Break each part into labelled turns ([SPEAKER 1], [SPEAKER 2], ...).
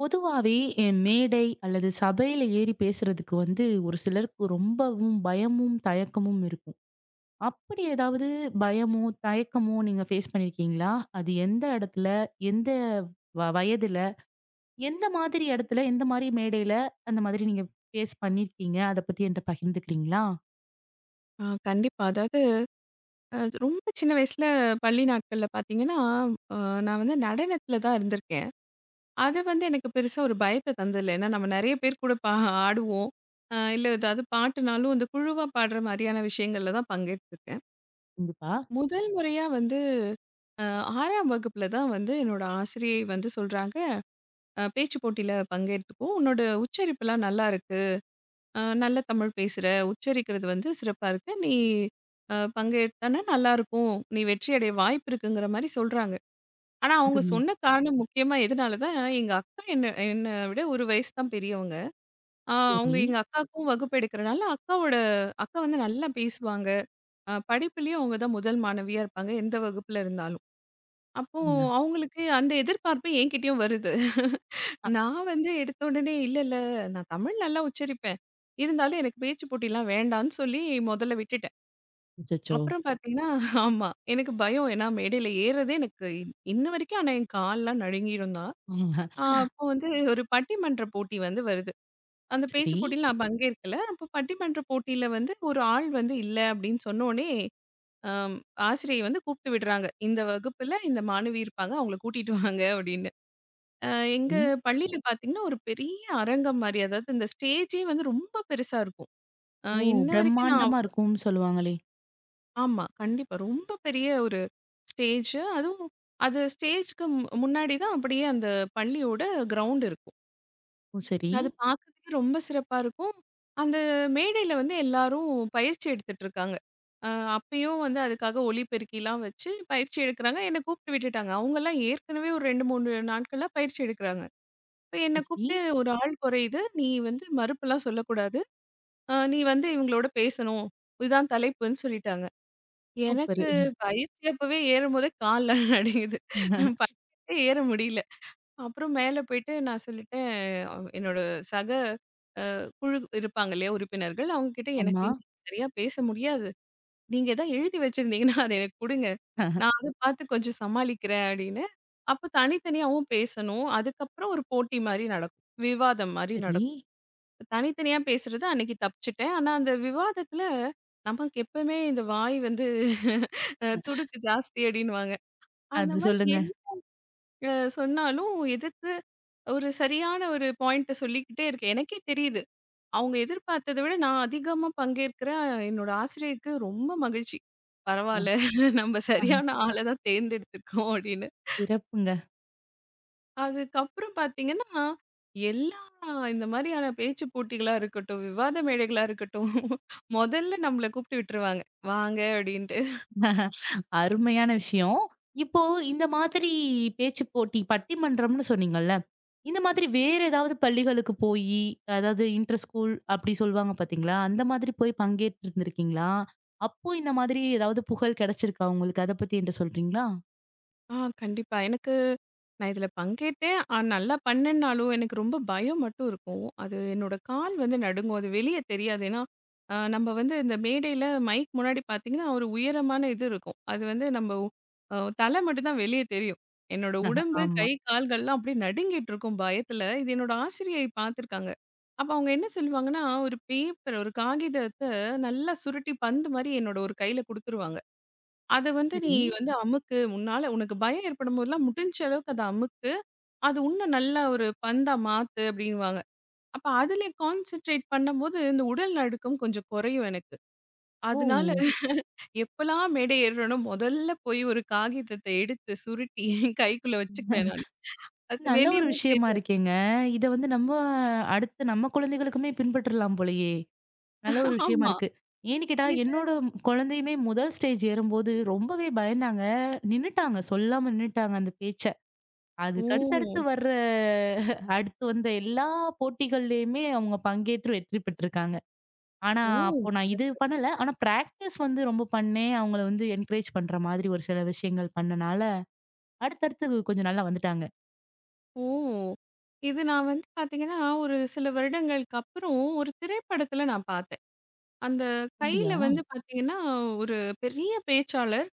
[SPEAKER 1] பொதுவாவே மேடை அல்லது சபையில ஏறி பேசுறதுக்கு வந்து ஒரு சிலருக்கு ரொம்பவும் பயமும், தயக்கமும் இருக்கும். அப்படி ஏதாவது பயமோ, தயக்கமோ நீங்க ஃபேஸ் பண்ணியிருக்கீங்களா? அது எந்த இடத்துல, எந்த வயதுல, எந்த மாதிரி இடத்துல, எந்த மாரி மேடையில அந்த மாதிரி நீங்க ஃபேஸ் பண்ணியிருக்கீங்க? அத பத்தி என்ட்ட பகிர்ந்துக்கிறீங்களா?
[SPEAKER 2] ஆ, கண்டிப்பா. அதாவது, அ ரொம்ப சின்ன வயசுல பள்ளி நாட்கள்ல பார்த்தீங்கன்னா, அ நான் வந்து நடனத்தில தான் இருந்திருக்கேன். அது வந்து எனக்கு பெருசா ஒரு பயத்த தந்ததில்ல. ஏன்னா நம்ம நெறைய பேர் கூட ஆடுவோம். இல்ல, ஏதாவது பாட்டுனாலும் இந்த குழுவா பாடுற மாரியான விஷயங்கள்ல தான் பங்கெடுத்திருக்கேன்.
[SPEAKER 1] கண்டிப்பா.
[SPEAKER 2] முதல் முறையா வந்து அ 6ஆம் வகுப்புல தான் வந்து என்னோட ஆசிரியை வந்து சொல்றாங்க, பேச்சு போட்டியில பங்கெடுத்துக்கோ! உன்னோட உச்சரிப்புலாம் நல்லா இருக்கு." நல்ல தமிழ் பேசுற, உச்சரிக்கிறது வந்து சிறப்பா இருக்கு. நீ பங்கேத்தான்னா நல்லாருக்கும். நீ வெற்றி அடைய வாய்ப்பு இருக்குங்கிற மாரி சொல்றாங்க. ஆனா, அவங்க
[SPEAKER 1] அருமை.
[SPEAKER 2] சொன்ன காரணம் முக்கியமா எதுனாலதான், எங்க அக்கா என்ன என்ன விட 1 வயசு தான் பெரியவங்க. அவங்க
[SPEAKER 1] சரி.
[SPEAKER 2] எங்க அக்காவுக்கும் வகுப்பு எடுக்கிறனால, அக்கா வந்து நல்லா பேசுவாங்க. படிப்புலயும் அவங்க தான் முதல் மாணவியா இருப்பாங்க, எந்த வகுப்புல இருந்தாலும். அப்போ
[SPEAKER 1] சொல்லுங்க.
[SPEAKER 2] அவங்களுக்கு அந்த எதிர்பார்ப்பு என்கிட்டயும் வருது.
[SPEAKER 1] அ
[SPEAKER 2] நான் வந்து எடுத்த உடனே இல்ல, நான் தமிழ் நல்லா உச்சரிப்பேன். இருந்தாலும் எனக்கு பேச்சு போட்டிலாம் வேண்டான்னு சொல்லி மொதல்ல விட்டுட்டேன்.
[SPEAKER 1] அச்சச்சோ!
[SPEAKER 2] அப்புறம் பார்த்தீங்கன்னா ஆமா. எனக்கு பயம். ஏன்னா மேடையில ஏறுறதே எனக்கு இன்ன வரைக்கும் ஆனா என் கால்லாம் நடுங்கிரும் தான்.
[SPEAKER 1] ம்,
[SPEAKER 2] அப்போ வந்து ஒரு பட்டிமன்ற போட்டி வந்து வருது. அந்த பேச்சு
[SPEAKER 1] சரி.
[SPEAKER 2] போட்டியில நான் பங்கேற்கல. அப்போ பட்டிமன்ற போட்டியில வந்து ஒரு ஆள் வந்து இல்ல அப்படின்னு சொன்னோனே, அம் ஆசிரியை வந்து கூப்பிட்டு விடுறாங்க. இந்த வகுப்புல இந்த மாணவி இருப்பாங்க. அவங்கள கூட்டிட்டு வாங்க அப்படின்னு. அ எங்க
[SPEAKER 1] சரி.
[SPEAKER 2] பள்ளியில பார்த்தீங்கன்னா, ஒரு பெரிய அரங்கம் மாரி. அதாவது இந்த ஸ்டேஜே வந்து ரொம்ப பெருசா இருக்கும்.
[SPEAKER 1] ஓ!
[SPEAKER 2] இன்ன வரைக்கும் நான்
[SPEAKER 1] பிரம்மாண்டமா இருக்கும்னு சொல்லுவாங்களே!
[SPEAKER 2] ஆமா. கண்டிப்பா. ரொம்ப பெரிய ஒரு ஸ்டேஜ். அதுவும் அது ஸ்டேஜ்க்கு முன்னாடி தான் அப்படியே அந்த பள்ளியோட கிரவுண்ட் இருக்கும்.
[SPEAKER 1] ஓ! சரி.
[SPEAKER 2] அது பார்க்கறதுக்கு ரொம்ப சிறப்பா இருக்கும். அந்த மேடையில வந்து எல்லாரும் பயிற்சி எடுத்துட்டு இருக்காங்க. அ அப்பயும் வந்து அதுக்காக ஒலிபெருக்கிலாம் வச்சு பயிற்சி எடுக்குறாங்க. என்ன கூப்பிட்டு விட்டுட்டாங்க. அவங்கலாம் ஏற்கனவே ஒரு 2, 3 நாட்களா பயிற்சி எடுக்குறாங்க. இப்ப என்ன
[SPEAKER 1] சரி.
[SPEAKER 2] கூப்பிட்டு ஒரு ஆள் குறையுது. நீ வந்து மறுப்புலாம் சொல்லக்கூடாது. நீ வந்து இவங்களோட பேசணும். இதுதான் தலைப்புன்னு சொல்லிட்டாங்க.
[SPEAKER 1] சூப்பரு.
[SPEAKER 2] எனக்கு பயிற்சி அப்பவே ஏறும்போதே கால்லாம் நடுங்குது. படிக்கட்டே ஏற முடியல. அப்புறம் மேல போயிட்டு நான் சொல்லிட்டேன், என்னோட சக குழு இருப்பாங்க இல்லையா உறுப்பினர்கள். அவங்க கிட்ட எனக்கு
[SPEAKER 1] ஆமா.
[SPEAKER 2] இன்னைக்கு சரியா பேச முடியாது. நீங்க ஏதாவது எழுதி வச்சிருந்தீங்கன்னா அத எனக்கு குடுங்க. நான் அத பார்த்து கொஞ்சம் சமாளிக்கிறேன் அப்படின்னு. அப்ப தனித்தனியாவும் பேசணும். அதுக்கப்புறம் ஒரு போட்டி மாரி நடக்கும். விவாதம் மாரி
[SPEAKER 1] சரி.
[SPEAKER 2] நடக்கும். தனித்தனியா பேசுறது அன்னைக்கு தப்பிச்சுட்டேன். ஆனா, அந்த விவாதத்துல நமக்கு எப்பவுமே இந்த வாய் வந்து துடுக்கு ஜாஸ்தி அப்டின்னுவாங்க. அந்த
[SPEAKER 1] அது
[SPEAKER 2] மாரி
[SPEAKER 1] சொல்லுங்க.
[SPEAKER 2] என்ன சொன்னாலும் எதிர்த்து ஒரு சரியான ஒரு பாயிண்ட்ட சொல்லிக்கிட்டே இருக்கேன். எனக்கே தெரியுது. அவங்க எதிர்பார்த்தத விட நான் அதிகமா பங்கேற்கிறேன். என்னோட ஆசிரியருக்கு ரொம்ப மகிழ்ச்சி.
[SPEAKER 1] அ
[SPEAKER 2] பரவால்ல, நம்ம
[SPEAKER 1] அ
[SPEAKER 2] சரியான ஆள தான் தேர்ந்தெடுத்துருக்கோம் அப்டின்னு.
[SPEAKER 1] சிறப்புங்க.
[SPEAKER 2] அதுக்கப்புறம் பார்த்தீங்கன்னா, எல்லா இந்த மாதிரியான பேச்சு போட்டிகளா இருக்கட்டும், விவாத மேடைகளா இருக்கட்டும், முதல்ல நம்மள கூப்பிட்டு விட்டுருவாங்க. "வாங்க" அப்படின்ட்டு.
[SPEAKER 1] அருமையான விஷயம். இப்போ இந்த மாதிரி பேச்சு போட்டி பட்டிமன்றம்னு சொன்னீங்கல்ல. இந்த மாதிரி வேற ஏதாவது பள்ளிகளுக்கு போயி, அதாவது இன்டர் ஸ்கூல் அப்படி சொல்லுவாங்க பார்த்தீங்களா? அந்த மாதிரி போய் பங்கேற்று இருந்திருக்கீங்களா? அப்போ இந்த மாதிரி ஏதாவது புகழ் கிடைச்சிருக்கா உங்களுக்கு? அத பத்தி என்ட்ட சொல்றீங்களா?
[SPEAKER 2] ஆ, கண்டிப்பா. எனக்கு நான் இதில பங்கேற்றேன். ஆ, நல்லா பண்ணேன்னாலும், எனக்கு ரொம்ப பயம் மட்டும் இருக்கும். அது என்னோட கால் வந்து நடுங்கும். அது வெளிய தெரியாது. ஏன்னா, நம்ம வந்து இந்த மேடையில மைக் முன்னாடி பார்த்தீங்கன்னா, ஒரு உயரமான இது இருக்கும். அது வந்து நம்ம தலை மட்டும் தான் வெளிய தெரியும். என்னோட உடம்பு,
[SPEAKER 1] ஆமா.
[SPEAKER 2] கை, கால்கள்லாம் அப்படியே நடுங்கிட்டு இருக்கும் பயத்தில. இது என்னோட ஆசிரியை பார்த்துருக்காங்க. அப்ப அவங்க என்ன சொல்லுவாங்கன்னா, ஒரு பேப்பர், ஒரு காகிதத்த நல்லா சுருட்டி பந்து மாரி என்னோட ஒரு கையில குடுத்துருவாங்க. அத வந்து நீ
[SPEAKER 1] சரி.
[SPEAKER 2] வந்து அமுக்கு. உன்னால உனக்கு பயம் ஏற்படும்போதெல்லாம் முடிஞ்ச அளவுக்கு அத அமுக்கு. அது உன்னும் நல்லா ஒரு பந்தா மாத்து அப்டின்னுவாங்க. அப்ப அதிலே கான்சன்ட்ரேட் பண்ணும்போது, இந்த உடல் நடுக்கம் கொஞ்சம் குறையும் எனக்கு.
[SPEAKER 1] ஓ!
[SPEAKER 2] அதனால எப்பலாம் மேடை ஏறுறேனோ, முதல்ல போய் ஒரு காகிதத்த எடுத்து சுருட்டி என் கைக்குள்ள வச்சுக்குவேன் நானு. அது
[SPEAKER 1] நல்ல ஒரு
[SPEAKER 2] வெளியவும்
[SPEAKER 1] விஷயமா
[SPEAKER 2] தெரியாது.
[SPEAKER 1] இருக்கேங்க. இத வந்து நம்ம அடுத்து நம்ம குழந்தைகளுக்குமே பின்பற்றலாம் போலயே! நல்ல ஒரு விஷயமா
[SPEAKER 2] ஆமா.
[SPEAKER 1] இருக்கு. ஏன்னு கேட்டா,
[SPEAKER 2] இது
[SPEAKER 1] என்னோட குழந்தையுமே முதல் ஸ்டேஜ் ஏறும்போது ரொம்பவே பயந்தாங்க. நின்னுட்டாங்க. சொல்லாம நின்னுட்டாங்க அந்த பேச்ச. அதுக்கு அடுத்தடுத்து
[SPEAKER 2] ஓ!
[SPEAKER 1] வர்ற அடுத்து வந்த எல்லா போட்டிகள்லயுமே அவங்க பங்கேற்று வெற்றி பெற்றிருக்காங்க. ஆனா,
[SPEAKER 2] ஓ!
[SPEAKER 1] அப்போ நான் இது
[SPEAKER 2] சிறப்பு.
[SPEAKER 1] பண்ணல. ஆனா பிராக்டிஸ் வந்து ரொம்ப பண்ணேன். அவங்கள வந்து என்கரேஜ் பண்ற மாதிரி ஒரு சில விஷயங்கள் பண்ணனால, அடுத்தடுத்து கொஞ்சம் நல்லா வந்துட்டாங்க.
[SPEAKER 2] ஓ! இது நான் வந்து பார்த்தீங்கன்னா, ஒரு சில வருடங்களுக்கு அப்புறம் ஒரு திரைப்படத்துல நான் பார்த்தேன். அந்த
[SPEAKER 1] அப்படியா?
[SPEAKER 2] கையில வந்து பார்த்தீங்கன்னா, ஒரு பெரிய பேச்சாளர்.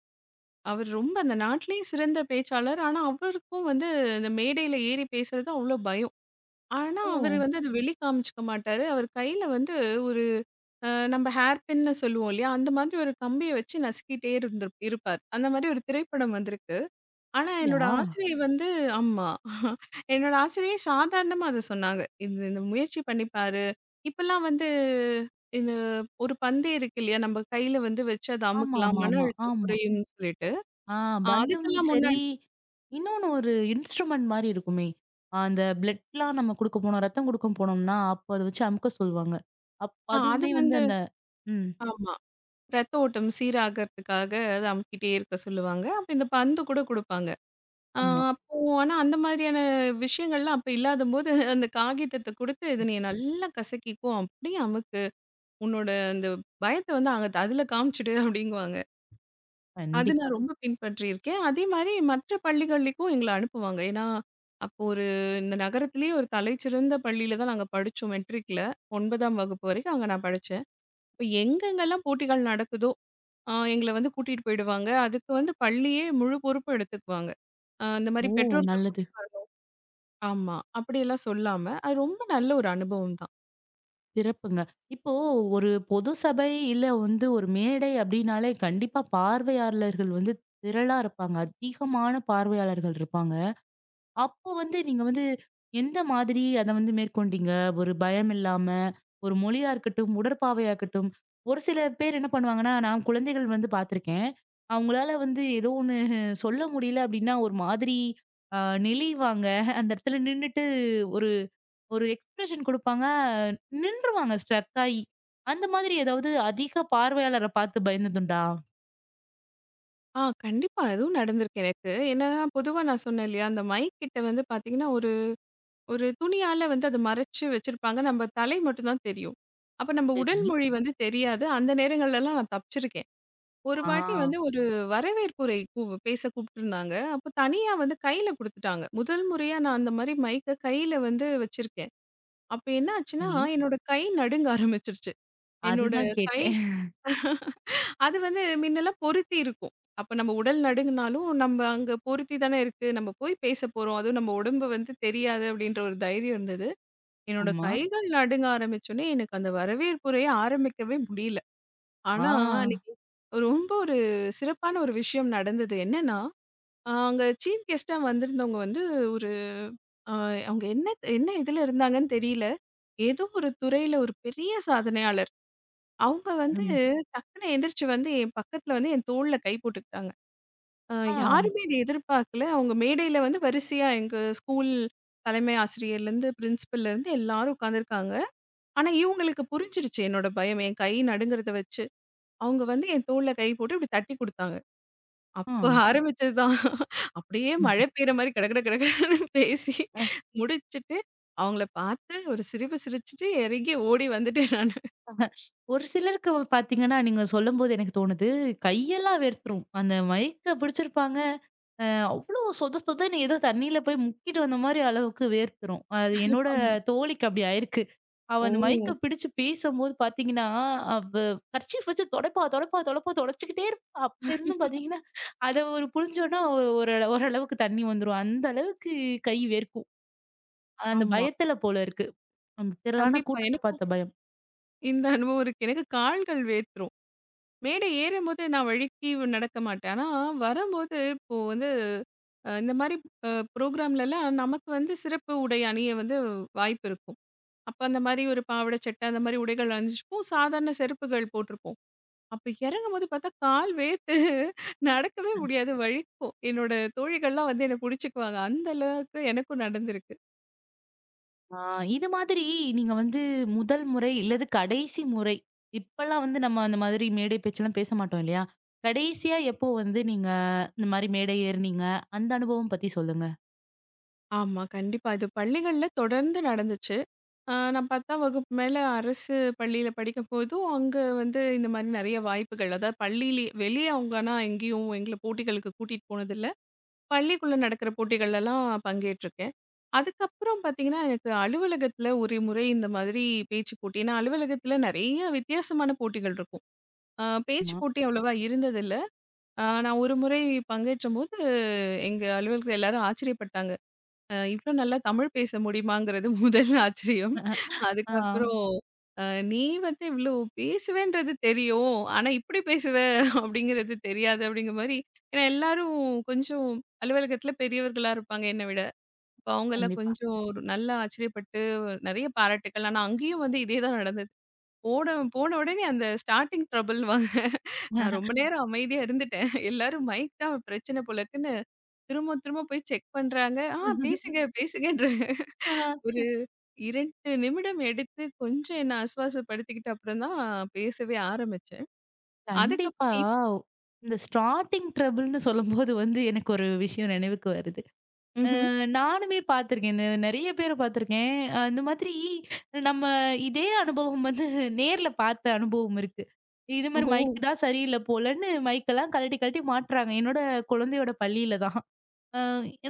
[SPEAKER 2] அவர் ரொம்ப அந்த நாட்டிலேயே சிறந்த பேச்சாளர். ஆனா, அவருக்கும் வந்து இந்த மேடையில ஏறி பேசுறது அவ்ளோ பயம். ஆனா,
[SPEAKER 1] ஓ!
[SPEAKER 2] அவரு வந்து அத வெளி காமிச்சுக்க மாட்டாரு. அவர் கையில வந்து ஒரு நம்ம ஹேர் பின்ன்னு சொல்லுவோம் இல்லையா? அந்த மாதிரி ஒரு கம்பிய வச்சு நசுக்கிட்டே இருப்பார். அந்த மாதிரி ஒரு திரைப்படம் வந்திருக்கு. ஆனா என்னோட
[SPEAKER 1] அப்படியா?
[SPEAKER 2] ஆசிரியை வந்து ஆமா. என்னோட ஆசிரியை சாதாரணமா அத சொன்னாங்க. "இது இந்த முயற்சி பண்ணி பாரு. இப்பலாம் வந்து இந்த ஒரு பந்து இருக்கு இல்லையா? நம்ம கையில வந்து வச்சு அத
[SPEAKER 1] ஆமா,
[SPEAKER 2] அமுக்கலாம்.
[SPEAKER 1] ஆமா,
[SPEAKER 2] மன ஆமா.
[SPEAKER 1] ஆமா,
[SPEAKER 2] அழுத்தம்
[SPEAKER 1] ஆமா.
[SPEAKER 2] குறையும்னு சொல்லிட்டு.
[SPEAKER 1] ஆ பந்தும்
[SPEAKER 2] அதுக்கெல்லாம்
[SPEAKER 1] சரி,
[SPEAKER 2] முன்னாடி
[SPEAKER 1] இன்னொன்னு ஒரு இன்ஸ்ட்ருமெண்ட் மாரி இருக்குமே! அந்த பிளட்லாம் நம்ம குடுக்க போனோம், ரத்தம் குடுக்க போனோம்னா, அப்ப அத வச்சு அமுக்க சொல்லுவாங்க.
[SPEAKER 2] ஆ அது
[SPEAKER 1] அதுவுமே வந்து
[SPEAKER 2] வந்து
[SPEAKER 1] அந்த ம்.
[SPEAKER 2] ஆமா. ரத்த ஓட்டம் சீராகறதுக்காக அத அமுக்கிட்டே இருக்க சொல்லுவாங்க. அப்ப இந்த பந்து கூட குடுப்பாங்க. அ
[SPEAKER 1] ஆமா.
[SPEAKER 2] அப்போ ஆனா அந்த மாதிரியான விஷயங்கள்லாம் அப்ப இல்லாதபோது அந்த காகிதத்த குடுத்து இத நீ நல்லா கசக்கிக்கோ. அப்படியே அமுக்கு." உன்னோட அந்த பயத்த வந்து அங்க அதுல காமிச்சுடு அப்படிங்குவாங்க. அது
[SPEAKER 1] கண்டிப்பா.
[SPEAKER 2] நான் ரொம்ப பின்பற்றியிருக்கேன். அதே மாரி மற்ற பள்ளிகளுக்கும் எங்கள அனுப்புவாங்க. ஏன்னா, அப்போ ஒரு இந்த நகரத்திலேயே ஒரு தலைச்சிறந்த பள்ளியில தான் நாங்க படிச்சோம் மெட்ரிக்ல. 9ஆம் வகுப்பு வரைக்கும் அங்க நான் படிச்சேன். இப்ப எங்கெங்கெல்லாம் போட்டிகள் நடக்குதோ, எங்கள வந்து கூட்டிட்டு போயிடுவாங்க. அதுக்கு வந்து பள்ளியே முழு பொறுப்பும் எடுத்துக்குவாங்க. இந்த மாரி
[SPEAKER 1] ஓ!
[SPEAKER 2] பெற்றோர்கள் கூட்டிட்டு
[SPEAKER 1] நல்லது.
[SPEAKER 2] ஆமா. அப்படியெல்லாம் சொல்லாம, அது ரொம்ப நல்ல ஒரு அனுபவம் தான்.
[SPEAKER 1] சிறப்புங்க. இப்போ ஒரு பொது சபை, இல்ல வந்து ஒரு மேடை அப்டின்னாலே, கண்டிப்பா பார்வையாளர்கள் வந்து திரளா இருப்பாங்க. அதிகமான பார்வையாளர்கள் இருப்பாங்க. அப்போ வந்து நீங்க வந்து எந்த மாதிரி அத வந்து மேற்கொண்டீங்க? ஒரு பயம் இல்லாம, ஒரு மொழியா இருக்கட்டும், உடற்பாவையா இருக்கட்டும். ஒரு சில பேர் என்ன பண்ணுவாங்கன்னா, நான் குழந்தைகள் வந்து பார்த்துருக்கேன். அவங்களால வந்து ஏதோ ஒண்ணு சொல்ல முடியல அப்படின்னா, ஒரு மாதிரி அ நெளிவாங்க. அந்த இடத்துல நின்னுட்டு ஒரு ஒரு எக்ஸ்பிரஷன் குடுப்பாங்க. நின்றுவாங்க ஸ்ட்ரக் ஆயி. அந்த மாதிரி ஏதாவது அதிக பார்வையாளர பார்த்து பயந்ததுண்டா?
[SPEAKER 2] ஆ, கண்டிப்பா. அதுவும் நடந்திருக்கு எனக்கு. என்னன்னா, பொதுவா நான் சொன்னேன் இல்லையா, அந்த மைக் கிட்ட வந்து பார்த்தீங்கன்னா, ஒரு ஒரு துணியால வந்து அத மறைச்சு வச்சிருப்பாங்க. நம்ம தலை மட்டும் தான் தெரியும். அப்ப நம்ம உடல்
[SPEAKER 1] சரி.
[SPEAKER 2] மொழி வந்து தெரியாது. அந்த நேரங்கள்லலாம் நான் தப்பிச்சிருக்கேன். ஒரு
[SPEAKER 1] ஆ.
[SPEAKER 2] வாட்டி வந்து ஒரு வரவேற்புரை பேச கூப்பிட்டுருந்தாங்க. அப்ப தனியா வந்து கையில குடுத்துட்டாங்க. முதல் முறையா நான் அந்த மாரி மைக்க கையில வந்து வச்சிருக்கேன். அப்ப என்ன ஆச்சுன்னா,
[SPEAKER 1] சரி.
[SPEAKER 2] என்னோட கை நடுங்க ஆரம்பிச்சுருச்சு. என்னோட
[SPEAKER 1] அதுதான்
[SPEAKER 2] கை
[SPEAKER 1] கேட்டேன்.
[SPEAKER 2] அது வந்து மின்னலாம் பொருத்தி இருக்கும். அப்ப நம்ம உடல் நடுங்குனாலும், நம்ம அங்க பொருத்தி தானே இருக்கு. நம்ம போய் பேச போறோம். அதுவும் நம்ம உடம்பு வந்து தெரியாது அப்படின்ற ஒரு தைரியம் இருந்தது. என்னோட
[SPEAKER 1] ஆமா.
[SPEAKER 2] கைகள் நடுங்க ஆரம்பிச்சோனே, எனக்கு அந்த வரவேற்புரைய ஆரம்பிக்கவே முடியல.
[SPEAKER 1] ஆ.
[SPEAKER 2] ஆனா, அன்னைக்கு ஒரு ரொம்ப ஒரு சிறப்பான ஒரு விஷயம் நடந்தது. என்னன்னா, அங்க சீஃப் கெஸ்ட்டா வந்திருந்தவங்க வந்து ஒரு அ அவங்க என்ன என்ன இதுல இருந்தாங்கன்னு தெரியல. ஏதோ ஒரு துறையில ஒரு பெரிய சாதனையாளர். அவங்க வந்து
[SPEAKER 1] அருமை.
[SPEAKER 2] டக்குனு எந்திரிச்சு வந்து என் பக்கத்துல வந்து என் தோள்ல கை போட்டுக்கிட்டாங்க. அ
[SPEAKER 1] ஆ.
[SPEAKER 2] யாருமே இத எதிர்பார்க்கல. அவங்க மேடையில வந்து வரிசையா எங்க ஸ்கூல் தலைமை ஆசிரியர்லேருந்து, பிரின்சிபல்லேருந்து எல்லாரும் உட்காந்துருக்காங்க. ஆனா, இவங்களுக்கு புரிஞ்சிருச்சு என்னோட பயம். என் கை நடுங்குறத வச்சு. அவங்க வந்து என் தோள்ல கை போட்டு இப்டி தட்டி குடுத்தாங்க.
[SPEAKER 1] ஆ.
[SPEAKER 2] அப்ப ஆரம்பிச்சது தான். அப்படியே மழை பெய்ற மாரி கட கட கட கடன்னு பேசி முடிச்சுட்டு, அவங்கள பார்த்து ஒரு சிரிப்பு சிரிச்சுட்டு இறங்கி ஓடி வந்துட்டேன் நானு.
[SPEAKER 1] ஒரு சிலருக்கு பாத்தீங்கன்னா, நீங்க சொல்லும்போது எனக்கு தோணுது, கையெல்லாம் வேர்த்துரும். அந்த மைக்க பிடிச்சிருப்பாங்க. அ அவ்ளோ சொத சொதன்னு ஏதோ தண்ணீல போய் முக்கிட்டு வந்த மாரி அளவுக்கு வேர்த்துரும். அது என்னோட
[SPEAKER 2] ஆமா.
[SPEAKER 1] தோழிக்கு அப்படி ஆயிருக்கு. அவ அந்த மைக்க
[SPEAKER 2] ஓ!
[SPEAKER 1] பிடிச்சு பேசும்போது பாத்தீங்கன்னா, அவ கர்ச்சீஃப் வச்சு தொடைப்பா, தொடைப்பா, தொடைப்பா தொடச்சுக்கிட்டே இருப்பா. அப்ப இருந்தும் பாத்தீங்கன்னா, அத ஒரு புழிஞ்சோம்னா ஒரு ஒரு ஓரளவுக்கு தண்ணி வந்துரும். அந்த அளவுக்கு கை வேர்க்கும். அந்த
[SPEAKER 2] ஆமா.
[SPEAKER 1] பயத்துல போல இருக்கு. அந்த திரளான
[SPEAKER 2] கண்டிப்பா.
[SPEAKER 1] கூட்டத்த
[SPEAKER 2] எனக்கும்
[SPEAKER 1] பாத்த பயம்.
[SPEAKER 2] இந்த அனுபவம் இருக்கு. எனக்கு கால்கள் வேர்த்துரும். மேடை ஏறும்போது நான் வழுக்கி நடக்க மாட்டேன். ஆனா, வரம்போது இப்போ வந்து இந்த மாரி அ ப்ரோகிராம்லலாம் நமக்கு வந்து சிறப்பு உடை அணிய வந்து வாய்ப்பு இருக்கும். அப்ப அந்த மாரி ஒரு பாவாடை, சட்டை அந்த மாரி உடைகள் அணிஞ்சிருப்போம். சாதாரண செருப்புகள் போட்டிருப்போம். அப்ப இறங்கும்போது பார்த்தா கால் வேர்த்து நடக்கவே முடியாது, வழுக்கும். என்னோட தோழிகள்லாம் வந்து என்ன புடிச்சுக்குவாங்க. அந்த அளவுக்கு எனக்கும் நடந்திருக்கு.
[SPEAKER 1] ஆ, இது மாதிரி நீங்க வந்து முதல் முறை இல்லது கடைசி முறை இப்பல்லாம் வந்து நம்ம அந்த மாதிரி மேடை பேச்செல்லாம் பேச மாட்டோம் இல்லையா? கடைசியா எப்போ வந்து நீங்க இந்த மாரி மேடை ஏறுனீங்க? அந்த அனுபவம் பத்தி சொல்லுங்க.
[SPEAKER 2] ஆமா, கண்டிப்பா. இது பள்ளிகள்ல தொடர்ந்து நடந்துச்சு. ஆ, நான் 10ஆம் வகுப்பு மேல அரசு பள்ளியில படிக்கும்போதும், அங்க வந்து இந்த மாரி நெறைய வாய்ப்புகள். அதாவது பள்ளியிலே வெளிய அவங்க ஆனா எங்கேயும் எங்கள போட்டிகளுக்கு கூட்டிட்டு போனதில்ல. பள்ளிக்குள்ள நடக்கிற போட்டிகள்லலாம் பங்கேற்றிருக்கேன். அதுக்கப்புறம் பார்த்தீங்கன்னா, எனக்கு அலுவலகத்துல ஒரு முறை இந்த மாதிரி பேச்சு போட்டி ஏன்னா அலுவலகத்துல நெறைய வித்தியாசமான போட்டிகள் இருக்கும். பேச்சு
[SPEAKER 1] ஆமா.
[SPEAKER 2] போட்டி அவ்வளவா இருந்ததில்ல. நான் ஒரு முறை பங்கேற்றபோது, எங்க அலுவலகத்துல எல்லாரும் ஆச்சரியப்பட்டாங்க. இவ்ளோ நல்லா தமிழ் பேச முடியுமாங்கிறது முதல் ஆச்சரியம்.
[SPEAKER 1] ஆ
[SPEAKER 2] அதுக்கப்புறம் அ "நீ வந்து இவ்ளோ பேசுவேன்றது தெரியும். ஆனா இப்டி பேசுவ அப்டிங்கிறது தெரியாது" அப்டிங்கிற மாரி ஏன்னா எல்லாரும் கொஞ்சம் அலுவலகத்தில பெரியவர்களா இருப்பாங்க என்ன விட. அப்ப அவங்கலாம்
[SPEAKER 1] கண்டிப்பா.
[SPEAKER 2] கொஞ்சம் ஒரு நல்லா ஆச்சரியப்பட்டு நெறைய பாராட்டுக்கள். ஆனா அங்கேயும் வந்து இதே தான் நடந்தது. போன போன உடனே அந்த ஸ்டார்ட்டிங் ட்ரபிள் வாங்க நான் ரொம்ப நேரம் அமைதியா இருந்துட்டேன். எல்லாரும் மைக் தான் பிரச்சன போல இருக்குன்னு திரும்ப திரும்ப போய் செக் பண்றாங்க. ஆ பேசுங்க பேசுங்கன்ற
[SPEAKER 1] ஆ
[SPEAKER 2] ஒரு 2 நிமிடம் எடுத்து கொஞ்சம் என்ன ஆசுவாசப்படுத்திக்கிட்ட அப்புறம் தான் பேசவே ஆரம்பிச்சேன்.
[SPEAKER 1] கண்டிப்பா.
[SPEAKER 2] அதுக்கப்புறம்
[SPEAKER 1] இந்த ஸ்டார்ட்டிங் ட்ரபிள்ன்னு சொல்லும்போது வந்து எனக்கு ஒரு விஷயம் நினைவுக்கு வருது.
[SPEAKER 2] ம்ஹ்ம்.
[SPEAKER 1] நானுமே பார்த்துருக்கேன். இந்த நெறைய பேர பார்த்துருக்கேன். இந்த மாதிரி நம்ம இதே அனுபவம் வந்து நேர்ல பார்த்த அனுபவம் இருக்கு. இது
[SPEAKER 2] ஓ!
[SPEAKER 1] மாரி மைக் தான் சரியில்ல போலன்னு மைக்கெல்லாம் கழட்டி கழட்டி மாட்றாங்க. என்னோட குழந்தையோட பள்ளியில தான். அ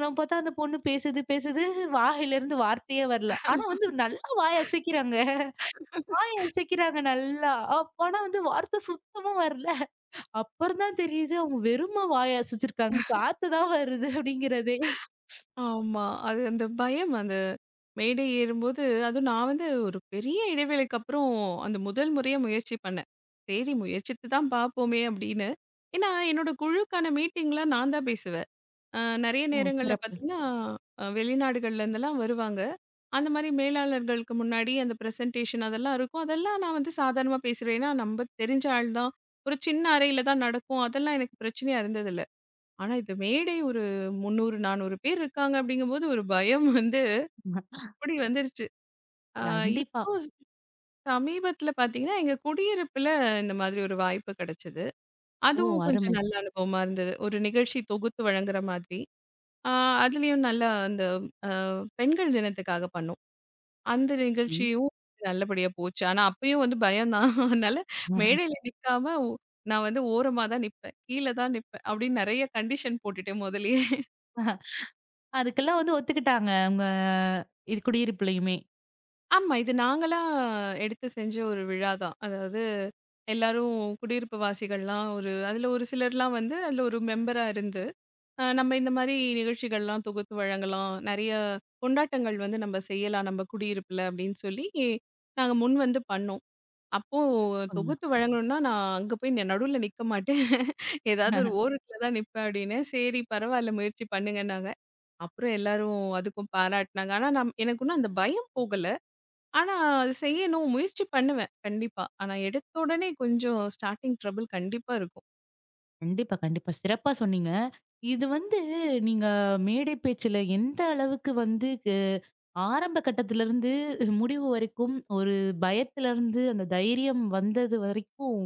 [SPEAKER 1] நம்ம பார்த்தா அந்த பொண்ணு பேசுது பேசுது வாயிலேருந்து வார்த்தையே வரல. ஆனா வந்து நல்லா வாய் அசைக்கிறாங்க. அசைக்கிறாங்க நல்லா. அப்ப ஆனா வந்து வார்த்தை சுத்தமா வரல. அப்புறம் தான் தெரியுது அவங்க வெறுமா வாய் அசைச்சிருக்காங்க. காத்து தான் வருது அப்படிங்கிறதே.
[SPEAKER 2] ஆமா. அது அந்த பயம் அந்த மேடை ஏறும்போது அதுவும் நான் வந்து ஒரு பெரிய இடைவேளைக்கு அப்புறம் அந்த முதல் முறையா முயற்சி பண்ணேன். சரி முயற்சித்து தான் பார்ப்போமே அப்படின்னு. ஏன்னா என்னோட குழுக்கான மீட்டிங்லாம் நான் தான் பேசுவேன். நெறைய
[SPEAKER 1] ஓ!
[SPEAKER 2] நேரங்கள்ல
[SPEAKER 1] சிறப்பு.
[SPEAKER 2] பார்த்தீங்கன்னா, வெளிநாடுகள்ல இருந்தெல்லாம் வருவாங்க. அந்த மாரி மேலாளர்களுக்கு முன்னாடி அந்த பிரசன்டேஷன் அதெல்லாம் இருக்கும். அதெல்லாம் நான் வந்து சாதாரணமா பேசிருவேன். ஏன்னா, நம்ப தெரிஞ்ச ஆள் தான். ஒரு சின்ன அறையில தான் நடக்கும். அதெல்லாம் எனக்கு பிரச்சனையா இருந்ததில்ல. ஆனா இது மேடை ஒரு 300, 400 பேர் இருக்காங்க அப்படிங்கும்போது ஒரு பயம் வந்து
[SPEAKER 1] ம,
[SPEAKER 2] அப்படி வந்துருச்சு. அ
[SPEAKER 1] கண்டிப்பா.
[SPEAKER 2] இப்போ சமீபத்தில பார்த்தீங்கன்னா, எங்க குடியிருப்புல இந்த மாதிரி ஒரு வாய்ப்பு கிடைச்சது.
[SPEAKER 1] ஓ!
[SPEAKER 2] அதுவும் கொஞ்சம்
[SPEAKER 1] அருமை.
[SPEAKER 2] நல்ல அனுபவமா இருந்தது. ஒரு நிகழ்ச்சி தொகுத்து வழங்குற மாதிரி. ஆ அதுலயும் நல்லா அந்த அ பெண்கள் தினத்துக்காக பண்ணோம். அந்த
[SPEAKER 1] ம்.
[SPEAKER 2] நிகழ்ச்சியும் நல்லபடியா போச்சு. ஆனா அப்பயும் வந்து பயம் தான். அதனால மேடையில நிக்காம நான் வந்து ஓரமா தான் நிப்பேன். கீழ தான் நிப்பேன். அப்படின்னு நெறைய கண்டிஷன் போட்டுட்டேன் முதலயே.
[SPEAKER 1] அதுக்கெல்லாம் வந்து ஒத்துக்கிட்டாங்க. உங்க இது குடியிருப்புலயுமே.
[SPEAKER 2] ஆமா. இது நாங்களா எடுத்து செஞ்ச ஒரு விழா தான். அதாவது எல்லாரும் குடியிருப்பு வாசிகள்லாம் ஒரு அதுல ஒரு சிலர்லாம் வந்து அதுல ஒரு மெம்பரா இருந்து நம்ம இந்த மாரி நிகழ்ச்சிகள்லாம் தொகுத்து வழங்கலாம். நெறைய கொண்டாட்டங்கள் வந்து நம்ம செய்யலாம் நம்ம குடியிருப்புல அப்படின்னு சொல்லி, நாங்க முன் வந்து பண்ணோம். அப்போ தொகுத்து வழங்கணும்னா நான் அங்க போய் நடுவுல நிக்க மாட்டேன். ஏதாவது ஒரு ஓரத்துல தான் நிப்பேன் அப்படின்னேன். சரி பரவால்ல முயற்சி பண்ணுங்கன்னாங்க. அப்புறம் எல்லாரும் அதுக்கும் பாராட்டுனாங்க. ஆனா எனக்கு இன்னும் அந்த பயம் போகல. ஆனா அது செய்யணும் முயற்சி பண்ணுவேன் கண்டிப்பா. ஆனா எடுத்த உடனே கொஞ்சம் ஸ்டார்ட்டிங் ட்ரபிள் கண்டிப்பா இருக்கும்.
[SPEAKER 1] கண்டிப்பா, கண்டிப்பா. சிறப்பா சொன்னீங்க. இது வந்து நீங்க மேடை பேச்சுல எந்த அளவுக்கு வந்து ஆரம்ப கட்டத்திலருந்து முடிவு வரைக்கும், ஒரு பயத்திலருந்து அந்த தைரியம் வந்தது வரைக்கும்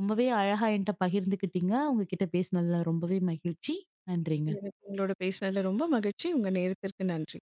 [SPEAKER 1] ரொம்பவே அழகா என்ட்ட பகிர்ந்துக்கிட்டீங்க. உங்க கிட்ட பேசினதுல ரொம்பவே மகிழ்ச்சி. நன்றிங்க.
[SPEAKER 2] எனக்கு உங்களோட பேசினதுல ரொம்ப மகிழ்ச்சி. உங்க நேரத்திற்கு நன்றி.